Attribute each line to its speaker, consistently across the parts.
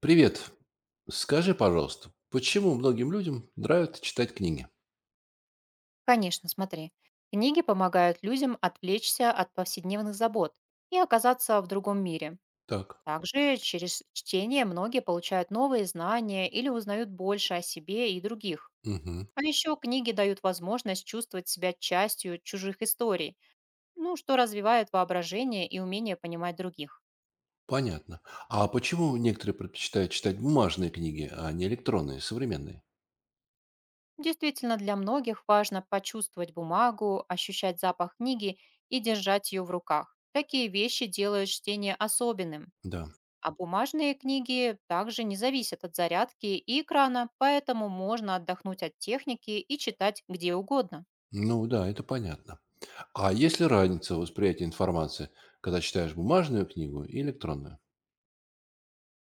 Speaker 1: Привет. Скажи, пожалуйста, почему многим людям нравится читать книги?
Speaker 2: Конечно, смотри. Книги помогают людям отвлечься от повседневных забот и оказаться в другом мире.
Speaker 1: Так.
Speaker 2: Также через чтение многие получают новые знания или узнают больше о себе и других.
Speaker 1: Мгм.
Speaker 2: А еще книги дают возможность чувствовать себя частью чужих историй, ну, что развивает воображение и умение понимать других.
Speaker 1: Понятно. А почему некоторые предпочитают читать бумажные книги, а не электронные, современные?
Speaker 2: Действительно, для многих важно почувствовать бумагу, ощущать запах книги и держать ее в руках. Такие вещи делают чтение особенным.
Speaker 1: Да.
Speaker 2: А бумажные книги также не зависят от зарядки и экрана, поэтому можно отдохнуть от техники и читать где угодно.
Speaker 1: Ну да, это понятно. А есть ли разница в восприятии информации, когда читаешь бумажную книгу и электронную?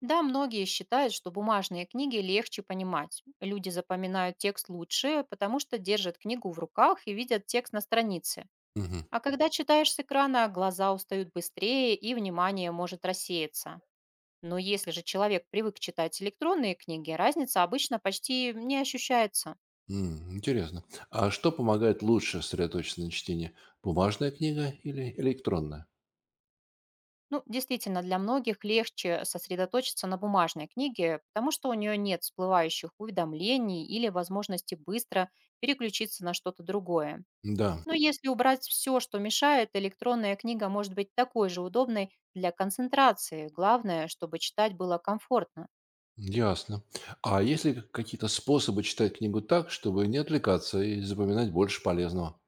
Speaker 2: Да, многие считают, что бумажные книги легче понимать. Люди запоминают текст лучше, потому что держат книгу в руках и видят текст на странице.
Speaker 1: Мгм.
Speaker 2: А когда читаешь с экрана, глаза устают быстрее и внимание может рассеяться. Но если же человек привык читать электронные книги, разница обычно почти не ощущается.
Speaker 1: М, интересно. А что помогает лучше сосредоточиться на чтении? Бумажная книга или электронная?
Speaker 2: Ну, действительно, для многих легче сосредоточиться на бумажной книге, потому что у нее нет всплывающих уведомлений или возможности быстро переключиться на что-то другое.
Speaker 1: Да.
Speaker 2: Но если убрать все, что мешает, электронная книга может быть такой же удобной для концентрации. Главное, чтобы читать было комфортно.
Speaker 1: Ясно. А есть ли какие-то способы читать книгу так, чтобы не отвлекаться и запоминать больше полезного?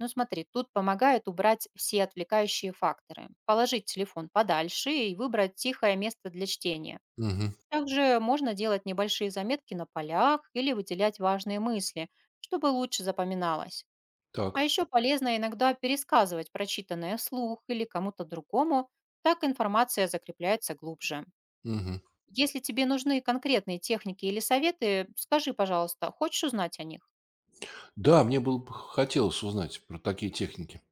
Speaker 2: Ну смотри, тут помогает убрать все отвлекающие факторы, положить телефон подальше и выбрать тихое место для чтения.
Speaker 1: Мгм.
Speaker 2: Также можно делать небольшие заметки на полях или выделять важные мысли, чтобы лучше запоминалось. А
Speaker 1: Так.
Speaker 2: еще полезно иногда пересказывать прочитанное вслух или кому-то другому, так информация закрепляется глубже.
Speaker 1: Мгм.
Speaker 2: Если тебе нужны конкретные техники или советы, скажи, пожалуйста, хочешь узнать о них?
Speaker 1: Да, мне было бы хотелось узнать про такие техники.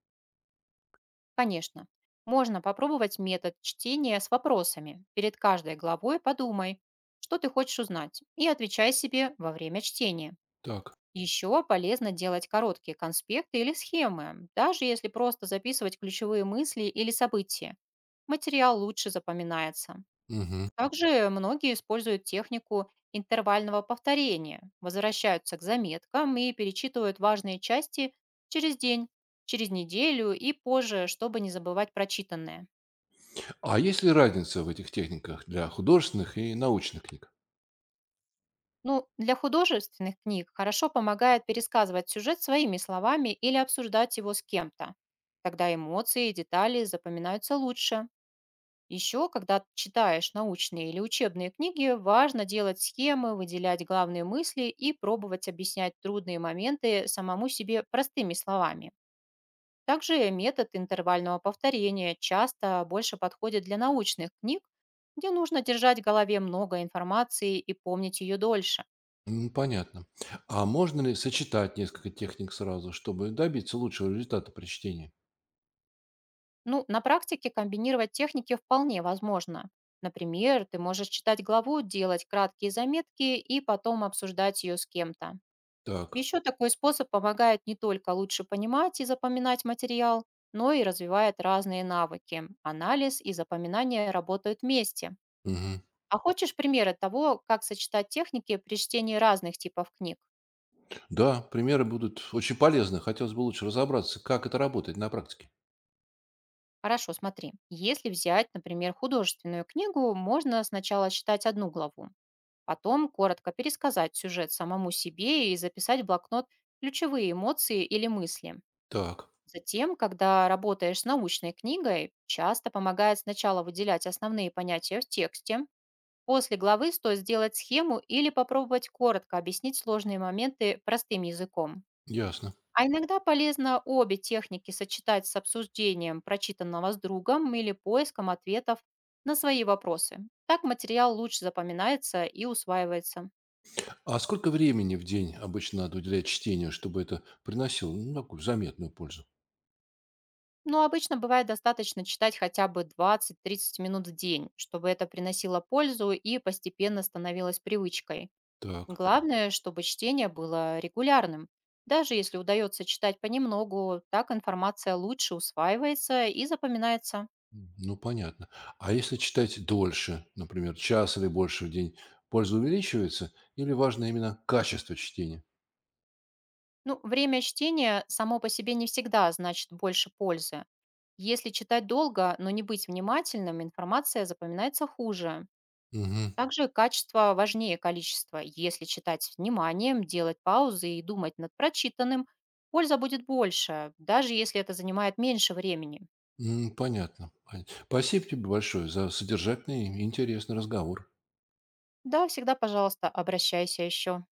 Speaker 2: Конечно. Можно попробовать метод чтения с вопросами. Перед каждой главой подумай, что ты хочешь узнать, и отвечай себе во время чтения.
Speaker 1: Так.
Speaker 2: Еще полезно делать короткие конспекты или схемы, даже если просто записывать ключевые мысли или события. Материал лучше запоминается.
Speaker 1: Мгм.
Speaker 2: Также многие используют технику интервального повторения, возвращаются к заметкам и перечитывают важные части через день, через неделю и позже, чтобы не забывать прочитанное.
Speaker 1: А есть ли разница в этих техниках для художественных и научных книг?
Speaker 2: Ну, для художественных книг хорошо помогает пересказывать сюжет своими словами или обсуждать его с кем-то. Тогда эмоции и детали запоминаются лучше. Еще, когда читаешь научные или учебные книги, важно делать схемы, выделять главные мысли и пробовать объяснять трудные моменты самому себе простыми словами. Также метод интервального повторения часто больше подходит для научных книг, где нужно держать в голове много информации и помнить ее дольше.
Speaker 1: М, понятно. А можно ли сочетать несколько техник сразу, чтобы добиться лучшего результата при чтении?
Speaker 2: Ну, на практике комбинировать техники вполне возможно. Например, ты можешь читать главу, делать краткие заметки и потом обсуждать ее с кем-то.
Speaker 1: Так.
Speaker 2: Еще такой способ помогает не только лучше понимать и запоминать материал, но и развивает разные навыки. Анализ и запоминание работают вместе.
Speaker 1: Мгм.
Speaker 2: А хочешь примеры того, как сочетать техники при чтении разных типов книг?
Speaker 1: Да, примеры будут очень полезны. Хотелось бы лучше разобраться, как это работает на практике.
Speaker 2: Хорошо, смотри. Если взять, например, художественную книгу, можно сначала читать одну главу, потом коротко пересказать сюжет самому себе и записать в блокнот ключевые эмоции или мысли.
Speaker 1: Так,
Speaker 2: Затем, когда работаешь с научной книгой, часто помогает сначала выделять основные понятия в тексте, после главы стоит сделать схему или попробовать коротко объяснить сложные моменты простым языком.
Speaker 1: ясно.
Speaker 2: А иногда полезно обе техники сочетать с обсуждением прочитанного с другом или поиском ответов на свои вопросы. Так материал лучше запоминается и усваивается.
Speaker 1: А сколько времени в день обычно надо уделять чтению, чтобы это приносило, ну, такую заметную пользу?
Speaker 2: Но обычно бывает достаточно читать хотя бы 20-30 минут в день, чтобы это приносило пользу и постепенно становилось привычкой.
Speaker 1: Так,
Speaker 2: Главное, чтобы чтение было регулярным. Даже если удается читать понемногу, так информация лучше усваивается и запоминается.
Speaker 1: м, ну понятно. А если читать дольше, например, час или больше в день, польза увеличивается или важно именно качество чтения?
Speaker 2: Ну, время чтения само по себе не всегда значит больше пользы. Если читать долго, но не быть внимательным, информация запоминается хуже.
Speaker 1: Угу.
Speaker 2: Также качество важнее количества. Если читать с вниманием, делать паузы и думать над прочитанным, польза будет больше, даже если это занимает меньше времени.
Speaker 1: Понятно. Понятно. Спасибо тебе большое за содержательный и интересный разговор.
Speaker 2: Да, всегда, пожалуйста, обращайся еще.